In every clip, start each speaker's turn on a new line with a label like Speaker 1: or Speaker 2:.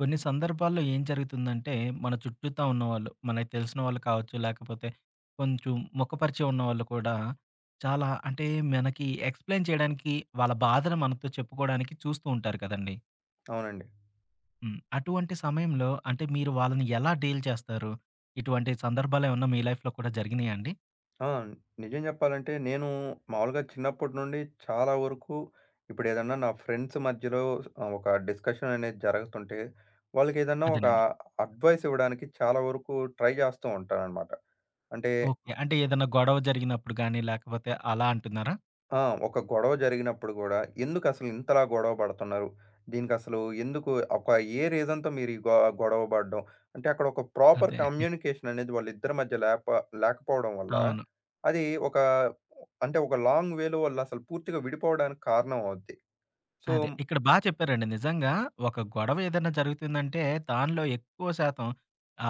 Speaker 1: కొన్ని సందర్భాల్లో ఏం జరుగుతుందంటే, మన చుట్టూతా ఉన్నవాళ్ళు, మనకు తెలిసిన వాళ్ళు కావచ్చు, లేకపోతే కొంచెం ముఖపరిచయం ఉన్నవాళ్ళు కూడా, చాలా అంటే మనకి ఎక్స్‌ప్లెయిన్ చేయడానికి, వాళ్ళ బాధను మనతో చెప్పుకోవడానికి చూస్తూ ఉంటారు కదండీ!
Speaker 2: అవునండి.
Speaker 1: అటువంటి సమయంలో అంటే మీరు వాళ్ళని ఎలా డీల్ చేస్తారు? ఇటువంటి సందర్భాలేమన్నా మీ లైఫ్‌లో కూడా జరిగినాయా అండి?
Speaker 2: ఆ! నిజం చెప్పాలంటే నేను మామూలుగా చిన్నప్పటి నుండి చాలా వరకు ఇప్పుడేదన్నా నా ఫ్రెండ్స్ మధ్యలో ఒక డిస్కషన్ అనేది జరుగుతుంటే, వాళ్ళకేదన్నా ఒక
Speaker 1: అదేనండి.
Speaker 2: అడ్వైస్ ఇవ్వడానికి చాలా వరకు ట్రై చేస్తూ ఉంటాననమాట. అంటే
Speaker 1: ఓకే. అంటే ఏదైనా గొడవ జరిగినప్పుడు గాని, లేకపోతే అలా అంటున్నారా?
Speaker 2: ఆ! ఒక గొడవ జరిగినప్పుడు గూడా, ఎందుకసలు ఇంతలా గొడవ పడుతున్నారు? దీనికసలు ఎందుకు ఒక ఏ రీజన్‌తో మీరు ఈ గొడవ పడడం? అంటే అక్కడ ఒక ప్రాపర్
Speaker 1: అదే.
Speaker 2: కమ్యూనికేషన్ అనేది వాళ్ళిద్దరి మధ్య లేకపోవడం వల్ల,
Speaker 1: అవును.
Speaker 2: అది ఒక అంటే ఒక లాంగ్ వేలో వాళ్ళు అసలు పూర్తిగా విడిపోవడానికి కారణం అవుద్ది. సో
Speaker 1: అదే. ఇక్కడ బా చెప్పారండి. నిజంగా ఒక గొడవ ఏదైనా జరుగుతుందంటే, దానిలో ఎక్కువ శాతం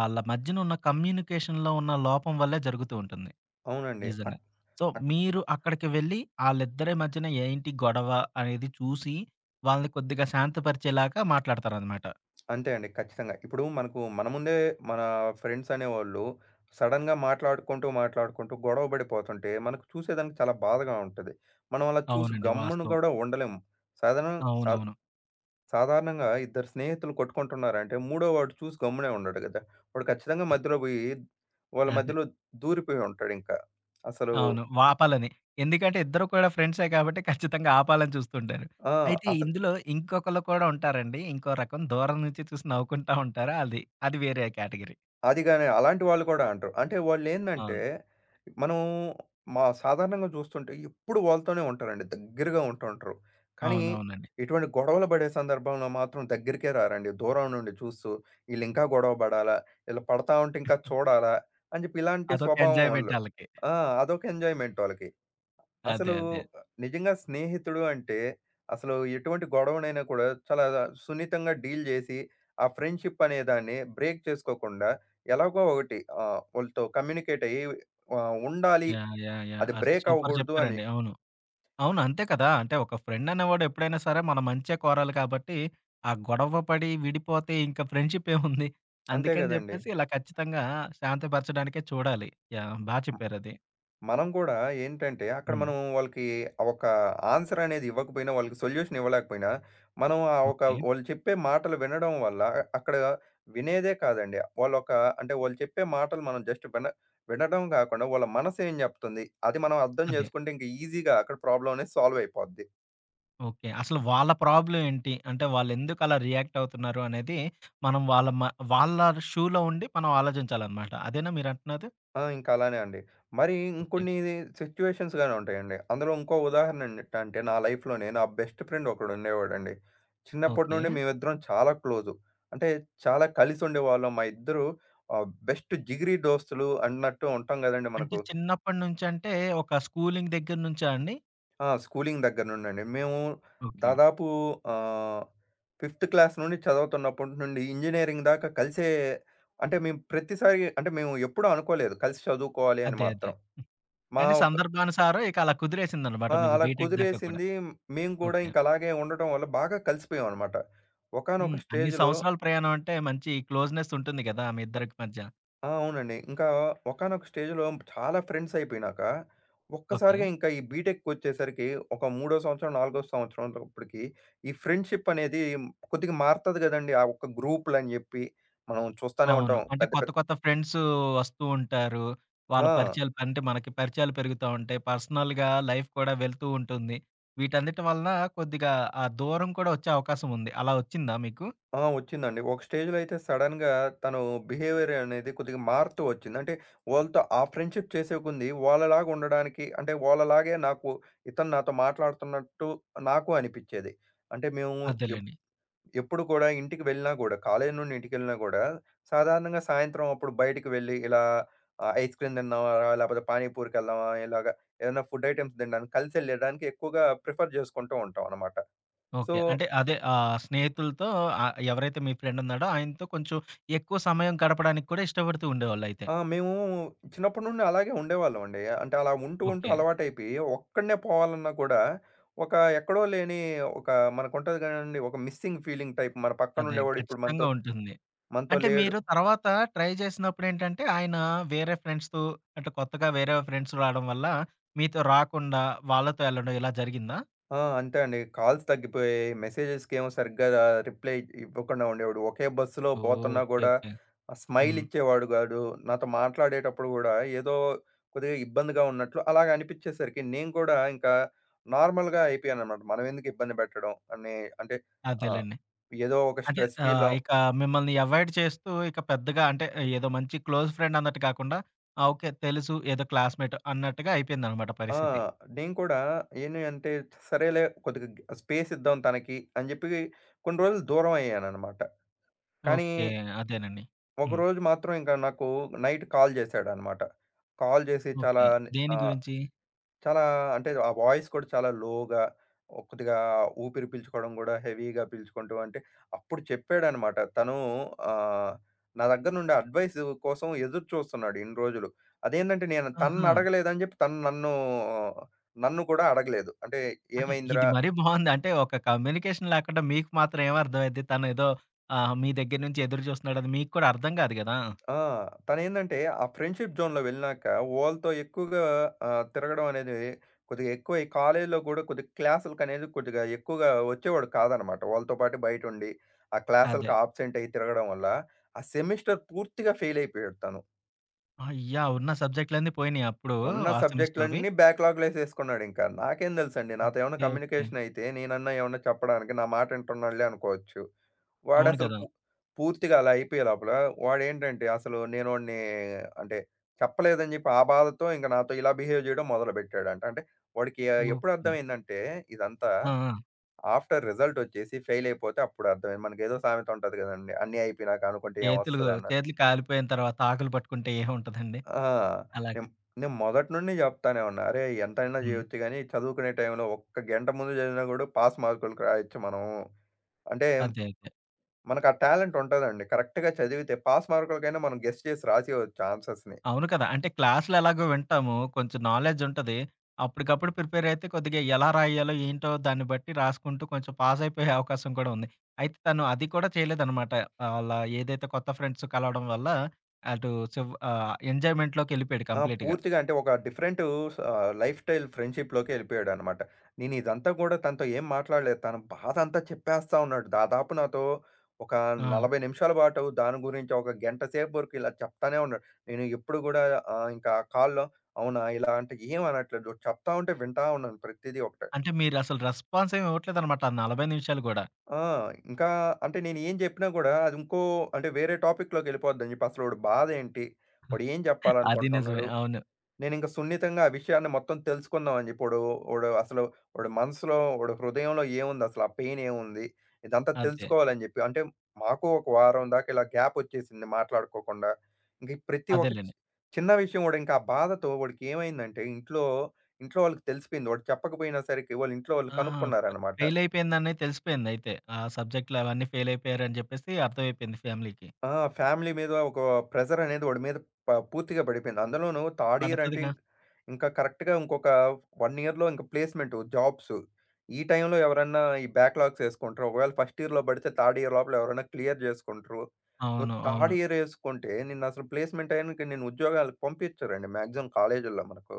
Speaker 1: ఆళ్ళ మధ్యన ఉన్న కమ్యూనికేషన్‌లో ఉన్న లోపం వల్లే జరుగుతూ ఉంటుంది.
Speaker 2: అవునండి.
Speaker 1: నిజంగా. సో, మీరు అక్కడికి వెళ్లి ఆళ్ళిద్దరి మధ్యన ఏంటి గొడవ అనేది చూసి, వాళ్ళని కొద్దిగా శాంతపరిచేలాగా మాట్లాడతారనమాట.
Speaker 2: అంతే అండి. ఖచ్చితంగా. ఇప్పుడు మనకు మన ముందే మన ఫ్రెండ్స్ అనేవాళ్ళు సడెన్‌గా మాట్లాడుకుంటూ, మాట్లాడుకుంటూ గొడవ పడిపోతుంటే మనకు చూసేదానికి చాలా బాధగా ఉంటది. మనం అలా చూసి
Speaker 1: అవునండి.
Speaker 2: గమ్మున
Speaker 1: వాస్తవం.
Speaker 2: కూడా ఉండలేము. సాధారణ సా
Speaker 1: అవునవును.
Speaker 2: సాధారణంగా ఇద్దరు స్నేహితులు కొట్టుకుంటున్నారంటే మూడో వాడు చూసి గమ్మునే ఉండడు గదా! వాడు ఖచ్చితంగా మధ్యలో బోయి వాళ్ళ
Speaker 1: అదే.
Speaker 2: మధ్యలో దూరిపోయి ఉంటాడింకా. అసలు
Speaker 1: అవును. ఆపాలని. ఎందుకంటే ఇద్దరు కూడా ఫ్రెండ్సే కాబట్టి ఖచ్చితంగా ఆపాలని చూస్తుంటారు.
Speaker 2: ఆ!
Speaker 1: అయితే
Speaker 2: అస
Speaker 1: ఇందులో ఇంకొకళ్ళు కూడా ఉంటారండి. ఇంకో రకం దూరం నుంచి చూసి నవ్వుకుంటా ఉంటారు. అది, అది వేరే కేటగరీ.
Speaker 2: అది గాని అలాంటి వాళ్ళు కూడా అంటారు. అంటే వాళ్ళేందంటే,
Speaker 1: అవును.
Speaker 2: మనం సాధారణంగా చూస్తుంటే ఎప్పుడు వాళ్ళతోనే ఉంటారండి. దగ్గరగా ఉంటుంటారు. కానీ
Speaker 1: అవునవునండి.
Speaker 2: ఇటువంటి గొడవలు పడే సందర్భంలో మాత్రం దగ్గరికే రారండి. దూరం నుండి చూస్తూ ఈళ్ళింకా గొడవ పడాలా? ఈళ్ళు పడతా ఉంటే ఇంకా చూడాలా? అని చెప్పి ఇలాంటి
Speaker 1: అదొక
Speaker 2: స్వభావం
Speaker 1: ఎంజాయ్‌మెంట్
Speaker 2: వాళ్ళు.
Speaker 1: ఆళ్ళకి.
Speaker 2: ఆ! అదొక ఎంజాయ్‌మెంట్ వాళ్ళకి.
Speaker 1: అదే.
Speaker 2: అసలు
Speaker 1: అదే.
Speaker 2: నిజంగా స్నేహితుడు అంటే అసలు ఎటువంటి గొడవనైనా కూడా చాలా సున్నితంగా డీల్ చేసి ఆ ఫ్రెండ్షిప్ అనే దాన్ని బ్రేక్ చేసుకోకుండా ఎలాగో ఒకటి వాళ్ళతో కమ్యూనికేట్ అయ్యి ఆ, ఉండాలి
Speaker 1: యాహ్! యాహ్! యాహ్!
Speaker 2: అది
Speaker 1: అసలు
Speaker 2: బ్రేక్
Speaker 1: సూపర్
Speaker 2: అవ్వకూడదు అని
Speaker 1: చెప్పారండి. అవును. అవును. అంతే కదా! అంటే ఒక ఫ్రెండ్ అనేవాడు ఎప్పుడైనా సరే మన మంచే కోరాలి కాబట్టి, ఆ గొడవ పడి విడిపోతే ఇంక ఫ్రెండ్‌షిప్ ఏముంది?
Speaker 2: అంతే
Speaker 1: అందుకని
Speaker 2: కదండి
Speaker 1: చెప్పేసి ఇలా ఖచ్చితంగా శాంతపరచడానికే చూడాలి. యాహ్! బా చెప్పారది.
Speaker 2: మనం కూడా ఏంటంటే, అక్కడ
Speaker 1: హ్మ్.
Speaker 2: మనం వాళ్ళకి ఆ ఒక ఆన్సర్ అనేది ఇవ్వకపోయినా, వాళ్ళకి సొల్యూషన్ ఇవ్వలేకపోయినా, మనం ఆ ఒక
Speaker 1: ఓకే.
Speaker 2: వాళ్ళు చెప్పే మాటలు వినడం వల్ల అక్కడ వినేదే కాదండి. వాళ్ళొక అంటే వాళ్ళు చెప్పే మాటలు మనం జస్ట్ వినడం కాకుండా, వాళ్ళ మనసు ఏం చెప్తుంది, అది మనం అర్థం
Speaker 1: అదే.
Speaker 2: చేసుకుంటే ఇంక ఈజీగా అక్కడ ప్రాబ్లమ్ అనేది సాల్వ్ అయిపోద్ది.
Speaker 1: ఓకే. అసలు వాళ్ళ ప్రాబ్లమ్ ఏంటి? అంటే వాళ్ళెందుకు అలా రియాక్ట్ అవుతున్నారు అనేది మనం వాళ్ళ షూలో ఉండి మనం ఆలోచించాలనమాట. అదేనా మీరంటున్నది?
Speaker 2: ఆ! ఇంక అలానే అండి. మరి
Speaker 1: ఓకే.
Speaker 2: ఇంకొన్ని సిట్యుయేషన్స్ గాని ఉంటాయండి. అందులో ఇంకో ఉదాహరణ ఏంటంటే నా లైఫ్‌లోనే నా బెస్ట్ ఫ్రెండ్ ఒకడుండేవాడండి. చిన్నప్పటి
Speaker 1: ఓకే.
Speaker 2: నుండి మేమిద్దరం చాలా క్లోజు. అంటే చాలా కలిసుండేవాళ్ళం. మా ఇద్దరు బెస్ట్ జిగిరి దోస్తులు అన్నట్టు ఉంటాం గదండీ
Speaker 1: అంటే
Speaker 2: మనకు.
Speaker 1: చిన్నప్పటి నుంచంటే ఒక స్కూలింగ్ దగ్గర నుంచా అండి?
Speaker 2: ఆ! స్కూలింగ్ దగ్గర నుండండి. మేము
Speaker 1: ఓకే.
Speaker 2: దాదాపు ఆహ్, ఫిఫ్త్ క్లాస్ నుండి చదువుతున్నప్పటి నుండి ఇంజినీరింగ్ దాకా కలిసే అంటే మేము ప్రతిసారి అంటే మేము ఎప్పుడూ అనుకోలేదు కలిసి చదువుకోవాలి అని
Speaker 1: అదే. అదే.
Speaker 2: మాత్రం. మా
Speaker 1: కానీ
Speaker 2: ఒక
Speaker 1: సందర్భానుసారం ఇక అలా కుదిరేసిందనమాట
Speaker 2: ఆ!
Speaker 1: మీకు
Speaker 2: అలా
Speaker 1: బీటెక్ దాకా కూడా.
Speaker 2: కుదిరేసింది. మేము కూడా
Speaker 1: ఓకే.
Speaker 2: ఇంక అలాగే ఉండటం వల్ల బాగా కలిసిపోయామనమాట. ఒకానొక
Speaker 1: అన్ని
Speaker 2: స్టేజ్‌లో
Speaker 1: సంవత్సరాల ప్రయాణం అంటే మంచి క్లోజ్‌నెస్ ఉంటుంది గదా! మీ
Speaker 2: అ
Speaker 1: ఇద్దరికి మధ్య.
Speaker 2: ఆ! అవునండి. ఇంకా ఒకానొక స్టేజ్‌లో చాలా ఫ్రెండ్స్ అయిపోయినాక,
Speaker 1: ఓకే.
Speaker 2: ఒక్కసారిగా ఇంకా ఈ బీటెక్‌కొచ్చేసరికి ఒక మూడో సంవత్సరం, నాలుగో సంవత్సరం అప్పటికి ఈ ఫ్రెండ్‌షిప్ అనేది కొద్దిగా మారతది గదండీ! ఆ ఒక్క గ్రూపులని జెప్పి మనం చూస్తానే
Speaker 1: అవును.
Speaker 2: ఉంటాం.
Speaker 1: అంటే
Speaker 2: పెద్ద
Speaker 1: కొత్త
Speaker 2: పెద్ద
Speaker 1: కొత్త ఫ్రెండ్సు వస్తూ ఉంటారు. వాళ్ళ
Speaker 2: ఆ!
Speaker 1: పరిచయాలు అంటే మనకి పరిచయాలు పెరుగుతా ఉంటాయి. పర్సనల్‌గా లైఫ్ కూడా వెళ్తూ ఉంటుంది. వీటన్నిటి వలన కొద్దిగా ఆ దూరం కూడా వచ్చే అవకాశం ఉంది. అలా వచ్చిందా మీకు?
Speaker 2: ఆ! వచ్చిందండి. ఒక స్టేజ్‌లో అయితే సడెన్‌గా తను బిహేవియర్ అనేది కొద్దిగా మారుతూ వచ్చింది. అంటే వాళ్ళతో ఆ ఫ్రెండ్‌షిప్ చేసే కొంది వాళ్ళలాగా ఉండడానికి అంటే వాళ్ళలాగే నాకు ఇతను నాతో మాట్లాడుతున్నట్టు నాకు అనిపిచ్చేది. అంటే మేము ఎప్
Speaker 1: అదేలెండి.
Speaker 2: ఎప్పుడు కూడా ఇంటికి వెళ్ళినా గూడా, కాలేజీ నుండి ఇంటికెళ్ళినా గూడా సాధారణంగా సాయంత్రం అప్పుడు బయటికి వెళ్ళి ఇలా ఐస్ క్రీమ్ తిందామా, లేపోతే పానీపూరికెళ్దామా ఇలాగ ఏదైనా ఫుడ్ ఐటెమ్స్ తినడానికి కలిసెళ్ళేడానికి ఎక్కువగా ప్రిఫర్ జేసుకుంటూ ఉంటాం అన్నమాట. So
Speaker 1: okay. అంటే అదే స్నేహితులతో ఎవరైతే మీ ఫ్రెండ్ ఉన్నాడో ఆయనతో కొంచెం ఎక్కువ సమయం గడపడానికి కూడా ఇష్టపడుతూ ఉండేవాళ్ళయితే.
Speaker 2: ఆ! మేము చిన్నప్పటి నుండి అలాగే ఉండేవాళ్ళమండి. అంటే అలా ఉంటూ, ఉంటూ
Speaker 1: ఓకే.
Speaker 2: అలవాటైపోయి ఒక్కడినే పోవాలన్నా కూడా ఒక ఎక్కడో లేని ఒక మనకుంటది కదండీ! ఒక మిస్సింగ్ ఫీలింగ్ టైప్ మన పక్కన
Speaker 1: అదే
Speaker 2: ఉండేవాడు ఇప్పుడు
Speaker 1: ఖచ్చితంగా
Speaker 2: మనతో
Speaker 1: ఉంటుంది.
Speaker 2: మనతో
Speaker 1: అంటే
Speaker 2: లేడు.
Speaker 1: మీరు తర్వాత ట్రై చేసినప్పుడేంటంటే, ఆయన వేరే ఫ్రెండ్స్‌తో అంటే కొత్తగా వేరే ఫ్రెండ్స్ రావడం వల్ల, మీతో రాకుండా వాళ్ళతో ఎళ్ళడం ఇలా జరిగిందా?
Speaker 2: ఆ! అంతే అండి. కాల్స్ తగ్గిపోయాయి. మెసేజెస్‌కేమో సరిగ్గా రిప్లై ఇవ్వకుండా ఉండేవాడు. ఒకే బస్సులో
Speaker 1: ఓహ్!
Speaker 2: పోతున్నా
Speaker 1: ఓకే.
Speaker 2: గూడా
Speaker 1: ఓకే.
Speaker 2: ఆ స్మైల్
Speaker 1: హ్మ్.
Speaker 2: ఇచ్చేవాడు గాదు. నాతో మాట్లాడేటప్పుడు గూడా ఏదో కొద్దిగా ఇబ్బందిగా ఉన్నట్లు అలాగ అనిపిచ్చేసరికి నేను కూడా ఇంకా నార్మల్‌గా అయిపోయాననమాట. మనం ఎందుకు ఇబ్బంది పెట్టడం అని అంటే ఆహ్,
Speaker 1: అదేలెండి.
Speaker 2: ఏదో ఒక
Speaker 1: అంటే
Speaker 2: స్ట్రెస్ ఫీల్
Speaker 1: ఇక మిమ్మల్ని అవాయిడ్ చేస్తూ ఇక పెద్దగా అంటే ఏదో మంచి క్లోజ్ ఫ్రెండ్ అన్నట్టు కాకుండా, ఆ! ఓకే. తెలుసు ఏదో క్లాస్‌మేట్ అన్నట్టుగా అయిపోయిందనమాట
Speaker 2: ఆ!
Speaker 1: పరిస్థితి.
Speaker 2: నేను కూడా ఏంటి అంటే సరేలే కొద్దిగా స్పేస్ ఇద్దాం తనకి అని జెప్పి కొన్ని రోజులు దూరం అయ్యాననమాట. కానీ
Speaker 1: ఓకే. అదేనండి. హ్మ్.
Speaker 2: ఒకరోజు మాత్రం ఇంకా నాకు నైట్ కాల్ చేశాడనమాట. కాల్ చేసి చాలా
Speaker 1: ఓకే. దేని
Speaker 2: ఆహ్,
Speaker 1: గురించి?
Speaker 2: చాలా అంటే ఆ వాయిస్ కూడా చాలా లో‌గా కొద్దిగా ఊపిరి పీల్చుకోవడం కూడా హెవీ‌గా పీల్చుకుంటూ అంటే అప్పుడు చెప్పాడనమాట. తను ఆహ్, నా దగ్గర నుండి అడ్వైస్ కోసం ఎదురు చూస్తున్నాడు ఇన్ని రోజులు. అదేంటంటే నేను తనని
Speaker 1: ఆహా!
Speaker 2: అడగలేదని చెప్పి తను నన్ను నన్ను కూడా అడగలేదు. అంటే
Speaker 1: అంటే ఇది
Speaker 2: "ఏమైందిరా?"
Speaker 1: మరీ బావుంది. అంటే ఒక కమ్యూనికేషన్ లేకుండా మీకు మాత్రం ఏమర్థమైద్ది? తనేదో మీ దగ్గర నుంచి ఎదురు చూస్తున్నాడని మీకు కూడా అర్థం కాదు గదా!
Speaker 2: ఆ! తనేందంటే, ఆ ఫ్రెండ్‌షిప్ జోన్‌లో వెళ్ళినాక వాళ్ళతో ఎక్కువగా తిరగడం అనేది కొద్దిగా ఎక్కువై కాలేజీలో కూడా కొద్దిగా క్లాసులకనేది కొద్దిగా ఎక్కువగా వచ్చేవాడు కాదనమాట. వాళ్ళతో పాటు బయటుండి, ఆ
Speaker 1: అదే.
Speaker 2: క్లాసులకి ఆబ్సెంట్ అయ్యి తిరగడం వల్ల, ఆ సెమిస్టర్ పూర్తిగా ఫెయిల్ అయిపోయాడు తను.
Speaker 1: అయ్యా! ఉన్న సబ్జెక్టులన్నీ పోయినాయి అప్పుడు
Speaker 2: ఉన్న
Speaker 1: ఆ సెమిస్టర్‌వి.
Speaker 2: సబ్జెక్టులన్నీ బ్యాక్‌లాగ్‌లేసేసుకున్నాడింకా. నాకేం తెలుసండి? నాతో ఏమన్నా
Speaker 1: ఓకే. ఓకే.
Speaker 2: కమ్యూనికేషన్ అయితే నేనన్నా ఏమన్నా చెప్పడానికి నా మాట ఇంటున్నాడులే అనుకోవచ్చు.
Speaker 1: అవును
Speaker 2: వాడసలు
Speaker 1: గదా!
Speaker 2: పూ పూర్తిగా అలా అయిపోయే లోపల వాడేంటంటే అసలు నేను వాడిని అంటే చెప్పలేదని చెప్పి ఆ బాధతో ఇంక నాతో ఇలా బిహేవ్ చేయడం మొదలుపెట్టాడంట. అంటే వాడికి ఎప్పుడు
Speaker 1: ఓకే.
Speaker 2: అర్థమైందంటే ఇదంతా
Speaker 1: ఆ! ఆ!
Speaker 2: ఆఫ్టర్ రిజల్ట్ వచ్చేసి ఫెయిల్ అయిపోతే అప్పుడు అర్థమైంది. మనకేదో సామెత ఉంటది కదండీ! అన్నీ అయిపోయినాక అనుకుంటే
Speaker 1: చేతులు
Speaker 2: ఏమొస్తది అన్నట్టు.
Speaker 1: చేతులు కాలిపోయిన తర్వాత ఆకులు పట్టుకుంటే ఏముంటదండి?
Speaker 2: ఆ!
Speaker 1: అలాగే.
Speaker 2: నేను నేను మొదటి నుండి చెప్తానే ఉన్నా. "అరేయ్! ఎంతైనా
Speaker 1: హ్మ్.
Speaker 2: చేయొచ్చు గానీ చదువుకునే టైంలో ఒక్క గంట ముందు చదివినా కూడా పాస్ మార్కులకి రాయొచ్చు మనం." అంటే
Speaker 1: అదే. అదే.
Speaker 2: మనకు ఆ టాలెంట్ ఉంటదండి. కరెక్ట్‌గా చదివితే పాస్ మార్కులకైనా మనం గెస్ చేసి రాసేయొచ్చు ఆన్సర్స్‌ని.
Speaker 1: అవును కదా! అంటే క్లాస్‌లో ఎలాగో వింటాము. కొంచెం నాలెడ్జ్ ఉంటది. అప్పటికప్పుడు ప్రిపేర్ అయితే కొద్దిగా ఎలా రాయాలో, ఏంటో దాన్ని బట్టి రాసుకుంటూ కొంచెం పాస్ అయిపోయే అవకాశం కూడా ఉంది. అయితే తను అది కూడా చేయలేదనమాట. ఆళ్ళ ఏదైతే కొత్త ఫ్రెండ్స్ కలవడం వల్ల అటు ఎంజాయ్‌మెంట్‌లోకెళ్ళిపోయాడు
Speaker 2: ఆ!
Speaker 1: కంప్లీట్‌గా.
Speaker 2: పూర్తిగా అంటే ఒక డిఫరెంటు లైఫ్ స్టైల్ ఫ్రెండ్‌షిప్‌లోకి ఎళ్ళిపోయాడనమాట. నేను ఇదంతా కూడా తనతో ఏం మాట్లాడలేదు. తన బాధ అంతా చెప్పేస్తా ఉన్నాడు. దాదాపు నాతో ఒక
Speaker 1: ఆ!
Speaker 2: 40 నిమిషాల పాటు దాని గురించి ఒక గంట సేపు వరకు ఇలా చెప్తానే ఉన్నాడు. నేను ఎప్పుడు కూడా ఇంకా కాల్‌లో అవునా! ఇలా అంటే ఏం అనట్లేదు. చెప్తా ఉంటే వింటా ఉన్నాను ప్రతిదీ ఒకటి.
Speaker 1: అంటే మీరసలు రెస్పాన్స్ ఏమి ఇవ్వట్లేదనమాట. ఆ 40 నిమిషాలు గూడా.
Speaker 2: ఆ! ఇంకా అంటే నేను ఏం జెప్పినా గూడా అది ఇంకో అంటే వేరే టాపిక్‌లోకెళ్ళిపోద్దని జెప్పి అసలు వాడి బాధేంటి? వాడు ఏం
Speaker 1: అది నిజమే.
Speaker 2: జెప్పాలనుకుంటున్నాడు?
Speaker 1: అవును.
Speaker 2: నేనింక సున్నితంగా ఆ విషయాన్ని మొత్తం తెలుసుకుందాం అని జెప్పి వాడు వాడు అసలు వాడి మనసులో, వాడి హృదయంలో ఏముంది? అసలు ఆ పెయిన్ ఏముంది? ఇదంతా
Speaker 1: అదే.
Speaker 2: తెలుసుకోవాలని జెప్పి అంటే మాకు ఒక వారం దాకా ఇలా గ్యాప్ ఒచ్చేసింది మాట్లాడుకోకుండా. ఇంక ఈ ప్రతి ఒక్క
Speaker 1: అదేలెండి.
Speaker 2: చిన్న విషయం గూడా ఇంకా ఆ బాధతో వాడికేమైందంటే ఇంట్లో వాళ్ళకి తెలిసిపోయింది. వాడు చెప్పకపోయినా సరికి వాళ్ళ ఇంట్లో వాళ్ళు
Speaker 1: ఆహా! ఫె
Speaker 2: కనుక్కున్నారనమాట.
Speaker 1: ఫెయిల్ అయిపోయిందని తెలిసిపోయిందయితే. ఆ సబ్జెక్ట్‌లో అవన్నీ ఫెయిల్ అయిపోయారని జెప్పేసి అర్థమైపోయింది ఫ్యామిలీకి.
Speaker 2: ఆ! ఫ్యామిలీ మీద ఒక ప్రెషర్ అనేది వాడి మీద పూర్తిగా పడిపోయింది. అందులోనూ థర్డ్ ఇయర్ అంటే
Speaker 1: పడతదిగా.
Speaker 2: ఇంకా కరెక్ట్‌గా ఇంకొక 1 ఇయర్‌లో ఇంక ప్లేస్‌మెంట్ జాబ్స్. ఈ టైంలో ఎవరన్నా ఈ బ్యాక్‌లాగ్స్ యేసుకుంటారు. ఒకవేళ ఫస్ట్ ఇయర్‌లో పడితే థర్డ్ ఇయర్ లోపల ఎవరైనా క్లియర్ జేసుకుంటారు. నువ్వు
Speaker 1: అవును. అవును.
Speaker 2: థర్డ్ ఇయర్ యేసుకుంటే నిన్నసలు ప్లేస్‌మెంట్ అయ్యాక నిన్ను ఉద్యోగాలకు పంపించరండి మాక్సిమం కాలేజీల్లో మనకు.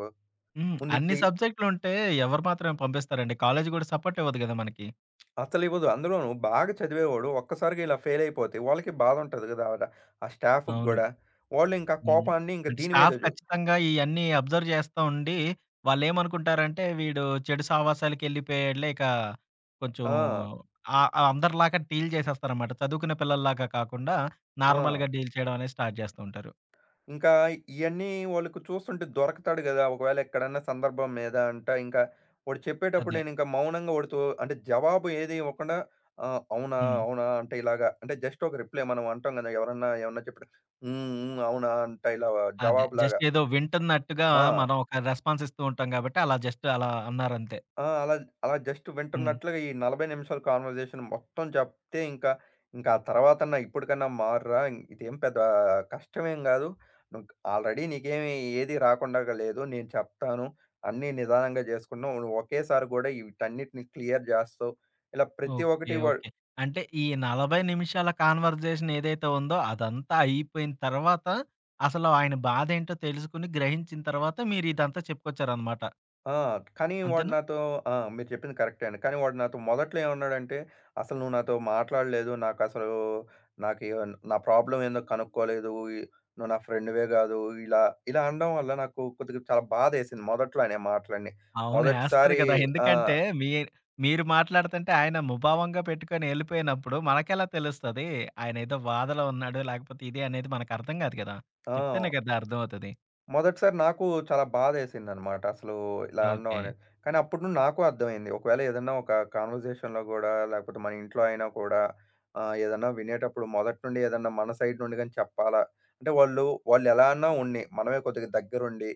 Speaker 2: ముందు
Speaker 1: అన్ని
Speaker 2: క్లి
Speaker 1: సబ్జెక్ట్‌లుంటే ఎవరు మాత్రమే పంపిస్తారండి. కాలేజీ గూడా సపోర్ట్ ఇవ్వదు గదా! మనకి.
Speaker 2: అసలివ్వదు. అందులోనూ బాగా చదివేవాడు ఒక్కసారిగా ఇలా ఫెయిల్ అయిపోతే వాళ్ళకి బాధ ఉంటది గదా! ఆ స్టాఫ్‌కి
Speaker 1: అవును.
Speaker 2: గూడా. వాళ్ళు ఇంకా
Speaker 1: హ్మ్.
Speaker 2: కోపాన్ని ఇంక
Speaker 1: అంటే
Speaker 2: దీని మీద
Speaker 1: స్టాఫ్ ఖచ్చితంగా ఇయన్నీ అబ్జర్వ్ చేస్తా ఉండి, వాళ్ళేమనుకుంటారంటే వీడు చెడు సావాసాలకెళ్ళిపోయాడులే ఇక కొంచెం
Speaker 2: ఆ!
Speaker 1: ఆహ్, ఆహ్, అందరిలాగా డీల్ చేసేస్తారనమాట. చదువుకునే పిల్లల్లాగా కాకుండా
Speaker 2: ఆ!
Speaker 1: నార్మల్‌గా డీల్ చేయడం అనేది స్టార్ట్ చేస్తూ ఉంటారు.
Speaker 2: ఇంకా ఇయన్నీ వాళ్ళకి చూస్తుంటే దొరకతాడు గదా! ఒకవేళ ఎక్కడన్నా సందర్భం మీద అంట, ఇంకా వాడు చెప్పేటప్పుడు
Speaker 1: అదే.
Speaker 2: నేనింకా మౌనంగా వాడితో అంటే జవాబు ఏది ఇవ్వకుండా అవునా?
Speaker 1: హ్మ్.
Speaker 2: అవునా? అంటే ఇలాగా అంటే జస్ట్ ఒక రిప్లై మనం అంటాం గదా! ఎవరన్నా ఏమన్నా చెప్పిన హ్మ్. హ్మ్. అవునా? అంట ఇలా
Speaker 1: అదే. జస్ట్
Speaker 2: జవాబులాగా.
Speaker 1: ఏదో వింటున్నట్టుగా
Speaker 2: ఆ!
Speaker 1: మనం ఒక రెస్పాన్స్ ఇస్తూ ఉంటాం గాబట్టి అలా జస్ట్ అలా అన్నారంతే.
Speaker 2: ఆ! అలా అలా జస్ట్
Speaker 1: హ్మ్.
Speaker 2: వింటున్నట్లుగా ఈ 40 నిమిషాల కాన్వర్జేషన్ మొత్తం చెప్తే ఇంకా, ఇంకా ఆ తర్వాతన్నా ఇప్పటికన్నా మారురా! ఇదేం పెద్ద కష్టమేం గాదు. నువ్వు ఆల్రెడీ నీకేమి ఏది రాకుండాగా లేదు. నేను చెప్తాను. అన్నీ నిదానంగా జేసుకున్నావు. నువ్వు ఒకేసారి గూడా వీటన్నిటిని క్లియర్ జేస్తావు. ఇలా ప్రతి
Speaker 1: ఓకే.
Speaker 2: ఒక్కటి
Speaker 1: ఓకే. అంటే ఈ 40 నిమిషాల కన్వర్జేషన్ ఏదైతే ఉందో అదంతా అయిపోయిన తర్వాత, అసలు ఆయన బాధేంటో తెలుసుకొని, గ్రహించిన తర్వాత మీరు ఇదంతా చెప్పుకొచ్చారనమాట.
Speaker 2: ఆ! కానీ వాడు
Speaker 1: అంతేనా?
Speaker 2: నాతో ఆ! మీరు చెప్పింది కరెక్టే అండి. కానీ వాడు నాతో మొదట్లో ఏమన్నాడంటే, "అసలు నువ్వు నాతో మాట్లాడలేదు. నాకసలు నాకు నా ప్రాబ్లమ్ ఏందో కనుక్కోలేదు. ఈ నువ్వు నా ఫ్రెండ్‌వే గాదు." ఇలా ఇలా అనడం వల్ల నాకు కొద్దిగా చాలా బాధేసింది మొదట్లో అనే మాటలన్నీ.
Speaker 1: అవును. ఏస్తది
Speaker 2: మొదటిసారి
Speaker 1: కదా!
Speaker 2: ఆ!
Speaker 1: ఎందుకంటే మీ మీరు మాట్లాడుతుంటే ఆయన ముభావంగా పెట్టుకొని ఎళ్ళిపోయినప్పుడు మనకెలా తెలుస్తది? ఆయనేదో బాధలో ఉన్నాడు, లేకపోతే ఇది అనేది మనకు అర్థం కాదు కదా! చెప్తేనే
Speaker 2: ఆ!
Speaker 1: కదా అర్థమవుతది.
Speaker 2: మొదటిసారి నాకు చాలా బాధేసిందనమాట. అసలు ఇలా అనడం
Speaker 1: ఓకే.
Speaker 2: అనేది. కానీ అప్పుడు నుండి నాకు అర్థమైంది. ఒకవేళ ఏదన్నా ఒక కన్వర్జేషన్‌లో గూడా లేకపోతే మన ఇంట్లో అయినా కూడా ఏదన్నా వినేటప్పుడు మొదటి నుండి ఏదన్నా మన సైడ్ నుండి గాని చెప్పాలా? అంటే వాళ్ళు ఎలా అన్నా ఉన్ని మనమే కొద్దిగా దగ్గరుండి,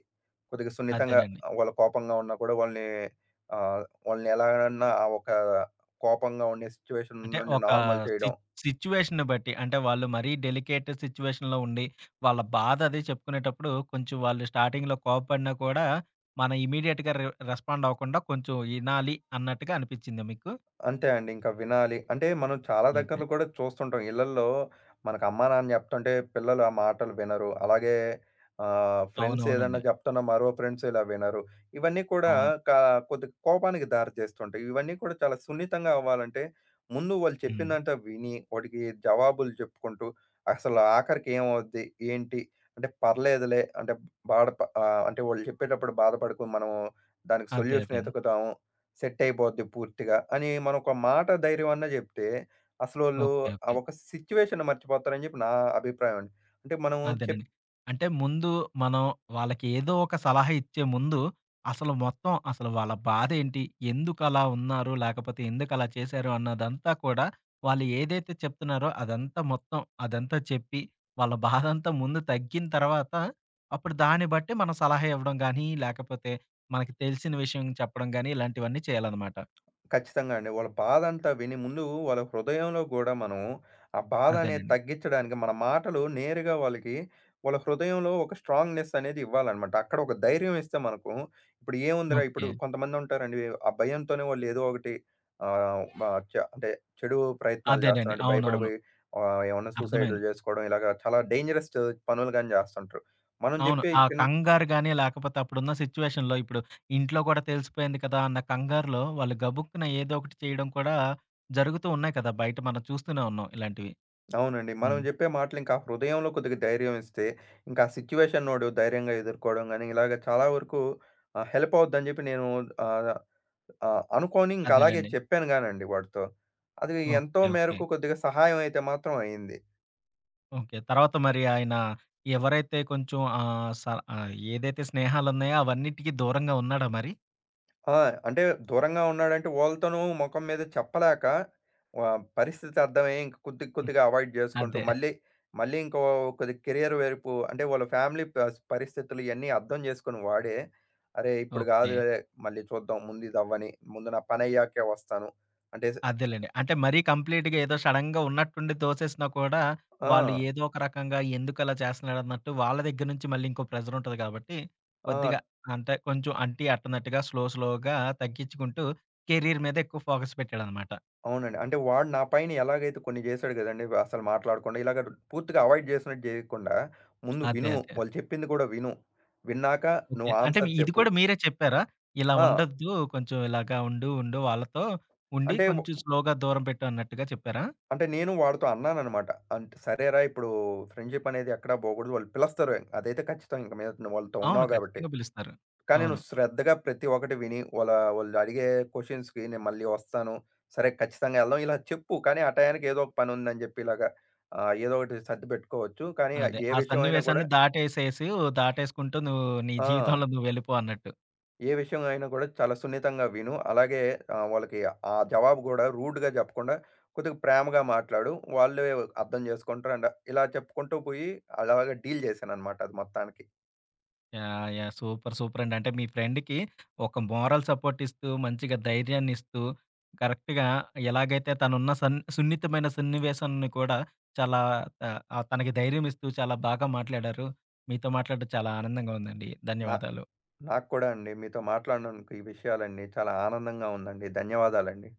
Speaker 2: కొద్దిగా సున్నితంగా
Speaker 1: అదేనండి.
Speaker 2: వాళ్ళు కోపంగా ఉన్నా కూడా వాళ్ళని ఆహ్, వాళ్ళని ఎలాగన్నా ఆ ఒక కోపంగా ఉండే సిట్యుయేషన్
Speaker 1: అంటే
Speaker 2: నుండి
Speaker 1: ఒక
Speaker 2: నార్మల్
Speaker 1: సి
Speaker 2: చేయడం.
Speaker 1: సిట్యుయేషన్‌ని బట్టి, అంటే వాళ్ళు మరీ డెలికేట్ సిట్యుయేషన్‌లో ఉండి, వాళ్ళ బాధ అది చెప్పుకునేటప్పుడు, కొంచెం వాళ్ళు స్టార్టింగ్‌లో కోపపడినా కూడా, మనం ఇమ్మీడియేట్‌గా రెస్పాండ్ అవ్వకుండా కొంచెం ఇనాలి అన్నట్టుగా అనిపిచ్చిందా మీకు?
Speaker 2: అంతే అండి. ఇంకా వినాలి. అంటే మనం చాలా
Speaker 1: అదే.
Speaker 2: దగ్గరలో కూడా చూస్తుంటాం. ఇళ్ళల్లో మనకు అమ్మా, నాన్న చెప్తుంటే పిల్లలు ఆ మాటలు వినరు. అలాగే ఫ్రెండ్స్ ఏదన్నా
Speaker 1: అవునవునండి.
Speaker 2: చెప్తున్నా మరో ఫ్రెండ్స్ ఇలా వినరు. ఇవన్నీ కూడా
Speaker 1: అవును.
Speaker 2: కా కొద్దిగా కోపానికి దారి చేస్తుంటాయి. ఇవన్నీ కూడా చాలా సున్నితంగా అవ్వాలంటే ముందు వాళ్ళు
Speaker 1: హ్మ్.
Speaker 2: చెప్పిందంతా విని, వాటికి జవాబులు చెప్పుకుంటూ అసలు ఆఖరికి ఏమవుద్ది? ఏంటి? అంటే పర్లేదులే అంటే బాధ ప అంటే వాళ్ళు చెప్పేటప్పుడు బాధపడకు. మనము దానికి
Speaker 1: అదే. అదే
Speaker 2: సొల్యూషన్
Speaker 1: అండి.
Speaker 2: ఎతుకుతాము. సెట్ అయిపోద్ది పూర్తిగా అని మనం ఒక మాట ధైర్యం అన్నా చెప్తే అసలోళ్ళు
Speaker 1: ఓకే.
Speaker 2: ఆ
Speaker 1: ఓకే.
Speaker 2: ఒక సిట్యుయేషన్ మర్చిపోతారని చెప్పి నా అభిప్రాయం అండి. అంటే మనం చెప్
Speaker 1: అదేనండి. అంటే ముందు మనం వాళ్ళకి ఏదో ఒక సలహా ఇచ్చే ముందు, అసలు మొత్తం అసలు వాళ్ళ బాధేంటి? ఎందుకలా ఉన్నారు? లేకపోతే ఎందుకలా చేశారు? అన్నదంతా కూడా వాళ్ళు ఏదైతే చెప్తున్నారో అదంతా మొత్తం అదంతా చెప్పి, వాళ్ళ బాధంతా ముందు తగ్గిన తర్వాత, అప్పుడు దాన్ని బట్టి మనం సలహా ఇవ్వడం గానీ, లేకపోతే మనకి తెలిసిన విషయం చెప్పడం గానీ, ఇలాంటివన్నీ చేయాలనమాట.
Speaker 2: ఖచ్చితంగా అండి. వాళ్ళ బాధంతా విని ముందు వాళ్ళ హృదయంలో గూడా మనం ఆ బాధ అనేది
Speaker 1: అదేనండి.
Speaker 2: తగ్గించడానికి మన మాటలు నేరుగా వాళ్ళకి వాళ్ళ హృదయంలో ఒక స్ట్రాంగ్‌నెస్ అనేది ఇవ్వాలన్నమాట. అక్కడ ఒక ధైర్యం ఇస్తే మనకు ఇప్పుడు ఏముందిరా
Speaker 1: ఓకే.
Speaker 2: ఇప్పుడు కొంతమంది ఉంటారండి. ఆ భయంతోనే వాళ్ళు ఏదో ఒకటి ఆహ్, మ చ అంటే చెడు ప్రయత్నాలు చేస్తారు.
Speaker 1: అదేనండి.
Speaker 2: అంటే
Speaker 1: అవునవును.
Speaker 2: భయపడిపోయి ఏమన్నా సూసైడ్‌లు
Speaker 1: అర్థమైంది.
Speaker 2: చేసుకోవడం ఇలాగ చాలా డేంజరస్ పనులు గాని చేస్తుంటారు. మనం
Speaker 1: అవును.
Speaker 2: చెప్పే
Speaker 1: ఆ
Speaker 2: చిన్
Speaker 1: కంగారు గాని, లేకపోతే అప్పుడున్న సిచ్యువేషన్‌లో ఇప్పుడు ఇంట్లో కూడా తెలిసిపోయింది కదా! అన్న కంగారులో వాళ్ళు గబుక్కున ఏదో ఒకటి చేయడం కూడా జరుగుతూ ఉన్నాయి కదా! బయట మనం చూస్తూనే ఉన్నాం ఇలాంటివి.
Speaker 2: అవునండి. మనం
Speaker 1: హ్మ్.
Speaker 2: జెప్పే మాటలింకా ఆ హృదయంలో కొద్దిగా ధైర్యం ఇస్తే, ఇంకా ఆ సిట్యుయేషనోడు ధైర్యంగా ఎదుర్కోవడం గాని, ఇలాగ చాలా వరకు హెల్ప్ అవుద్దని జెప్పి నేను ఆహ్, ఆహ్, అనుకోని ఇంక అలాగే
Speaker 1: అదేలెండి.
Speaker 2: చెప్పాను గానండి వాడితో. అది
Speaker 1: ఓకే.
Speaker 2: ఎంతో
Speaker 1: ఓకే.
Speaker 2: మేరకు కొద్దిగా సహాయం అయితే మాత్రం అయింది.
Speaker 1: ఓకే. తర్వాత మరి ఆయన ఎవరైతే కొంచెం ఏదైతే స్నేహాలున్నాయో అవన్నిటికి దూరంగా ఉన్నాడా మరి?
Speaker 2: ఆ! అంటే దూరంగా ఉన్నాడంటే వాళ్ళతోనూ మొఖం మీద చెప్పలేక పరిస్థితి అర్థమయ్యి ఇంక
Speaker 1: హ్మ్.
Speaker 2: కొద్దిగా అవాయిడ్ జేసుకుంటూ
Speaker 1: అదే.
Speaker 2: మళ్ళీ ఇంకో కొద్దిగా కెరియర్ వైపు అంటే వాళ్ళ ఫ్యామిలీ పరిస్థితులు ఇయన్నీ అర్థం జేసుకొని వాడే, అరే! ఇప్పుడు
Speaker 1: ఓకే.
Speaker 2: గాదులే మళ్ళీ చూద్దాం ముందు ఇదవ్వని. ముందు నా పనయ్యాకే వస్తాను. అంటే స్
Speaker 1: అదేలెండి. అంటే మరీ కంప్లీట్‌గా ఏదో సడెన్‌గా ఉన్నట్టుండి తోసేసినా కూడా, వాళ్ళు
Speaker 2: ఆ!
Speaker 1: ఏదో ఒక రకంగా ఎందుకలా చేస్తున్నాడన్నట్టు వాళ్ళ దగ్గర నుంచి మళ్ళీ ఇంకో ప్రెజరుంటది కాబట్టి,
Speaker 2: ఆ!
Speaker 1: కొద్దిగా అంటే కొంచెం అంటీ అట్టనట్టుగా స్లో స్లోగా తగ్గించుకుంటూ కెరీర్ మీద ఎక్కువ ఫోకస్ పెట్టాడనమాట.
Speaker 2: అవునండి. అంటే వాడు నా పైన ఎలాగైతే కొన్ని జేశాడు గదండీ! అసలు మాట్లాడకుండా ఇలాగ పూర్తిగా అవాయిడ్ జేసినట్టు జేయకుండా ముందు
Speaker 1: అదే.
Speaker 2: విను.
Speaker 1: అదే.
Speaker 2: వాళ్ళు చెప్పింది గూడా విను. విన్నాక
Speaker 1: ఓకే.
Speaker 2: నువ్వు
Speaker 1: అంటే మీ
Speaker 2: ఆన్సర్
Speaker 1: ఇది
Speaker 2: చెప్పు.
Speaker 1: కూడా మీరే చెప్పారా? ఇలా
Speaker 2: ఆ!
Speaker 1: ఉండొద్దు. కొంచెం ఇలాగా ఉండు వాళ్ళతో ఉండి
Speaker 2: అంటే వ్
Speaker 1: కొంచెం స్లోగా దూరం పెట్టు అన్నట్టుగా చెప్పారా?
Speaker 2: అంటే నేను వాడితో అన్నాననమాట. అంటే "సరేరా! ఇప్పుడు ఫ్రెండ్‌షిప్ అనేది ఎక్కడ పోకూడదు. వాళ్ళు పిలుస్తారు. అదైతే ఖచ్చితం ఇంక మీద నువ్వు వాళ్ళతో
Speaker 1: అవును.
Speaker 2: ఉన్నావు కాబట్టి.
Speaker 1: ఖచ్చితంగా పిలుస్తారు.
Speaker 2: కానీ
Speaker 1: అవును.
Speaker 2: నువ్వు శ్రద్ధగా ప్రతి ఒక్కటి విని వాళ్ళు అడిగే క్వెషన్స్‌కి నేను మళ్ళీ వస్తాను. సరే ఖచ్చితంగా ఎళ్దాం" ఇలా చెప్పు. కానీ ఆ టయానికి ఏదో ఒక పని ఉందని చెప్పి ఇలాగా ఏదో ఒకటి సర్ది పెట్టుకోవచ్చు. కానీ
Speaker 1: అదే.
Speaker 2: ఏ
Speaker 1: ఆ
Speaker 2: విషయం అయినా కూడా
Speaker 1: సన్నివేశాన్ని దాటేసేసి దాటేసుకుంటూ నువ్వు నీ
Speaker 2: ఆ!
Speaker 1: జీవితంలో నువ్వు వెళ్ళిపో అన్నట్టు.
Speaker 2: ఏ విషయం అయినా కూడా చాలా సున్నితంగా విను. అలాగే వాళ్ళకి ఆ జవాబు గూడా రూడ్‌గా జెప్పకుండా కొద్దిగా ప్రేమగా మాట్లాడు. వాళ్ళే అర్థం జేసుకుంటారు. అండ్ ఇలా చెప్పుకుంటూ పోయి అలాగా డీల్ జేశాననమాట అది మొత్తానికి.
Speaker 1: యాహ్! యాహ్! సూపర్! సూపర్ అండి. అంటే మీ ఫ్రెండ్‌కి ఒక మోరల్ సపోర్ట్ ఇస్తూ, మంచిగా ధైర్యాన్నిస్తూ, కరెక్ట్‌గా ఎలాగైతే తనున్న సున్నితమైన సన్నివేశాన్ని కూడా చాలా త తనకి ధైర్యం ఇస్తూ చాలా బాగా మాట్లాడారు. మీతో మాట్లాడడం చాలా ఆనందంగా ఉందండి.
Speaker 2: నా
Speaker 1: ధన్యవాదాలు.
Speaker 2: నాకు కూడా అండి మీతో మాట్లాడినందుకు ఈ విషయాలన్నీ చాలా ఆనందంగా ఉందండి. ధన్యవాదాలండి.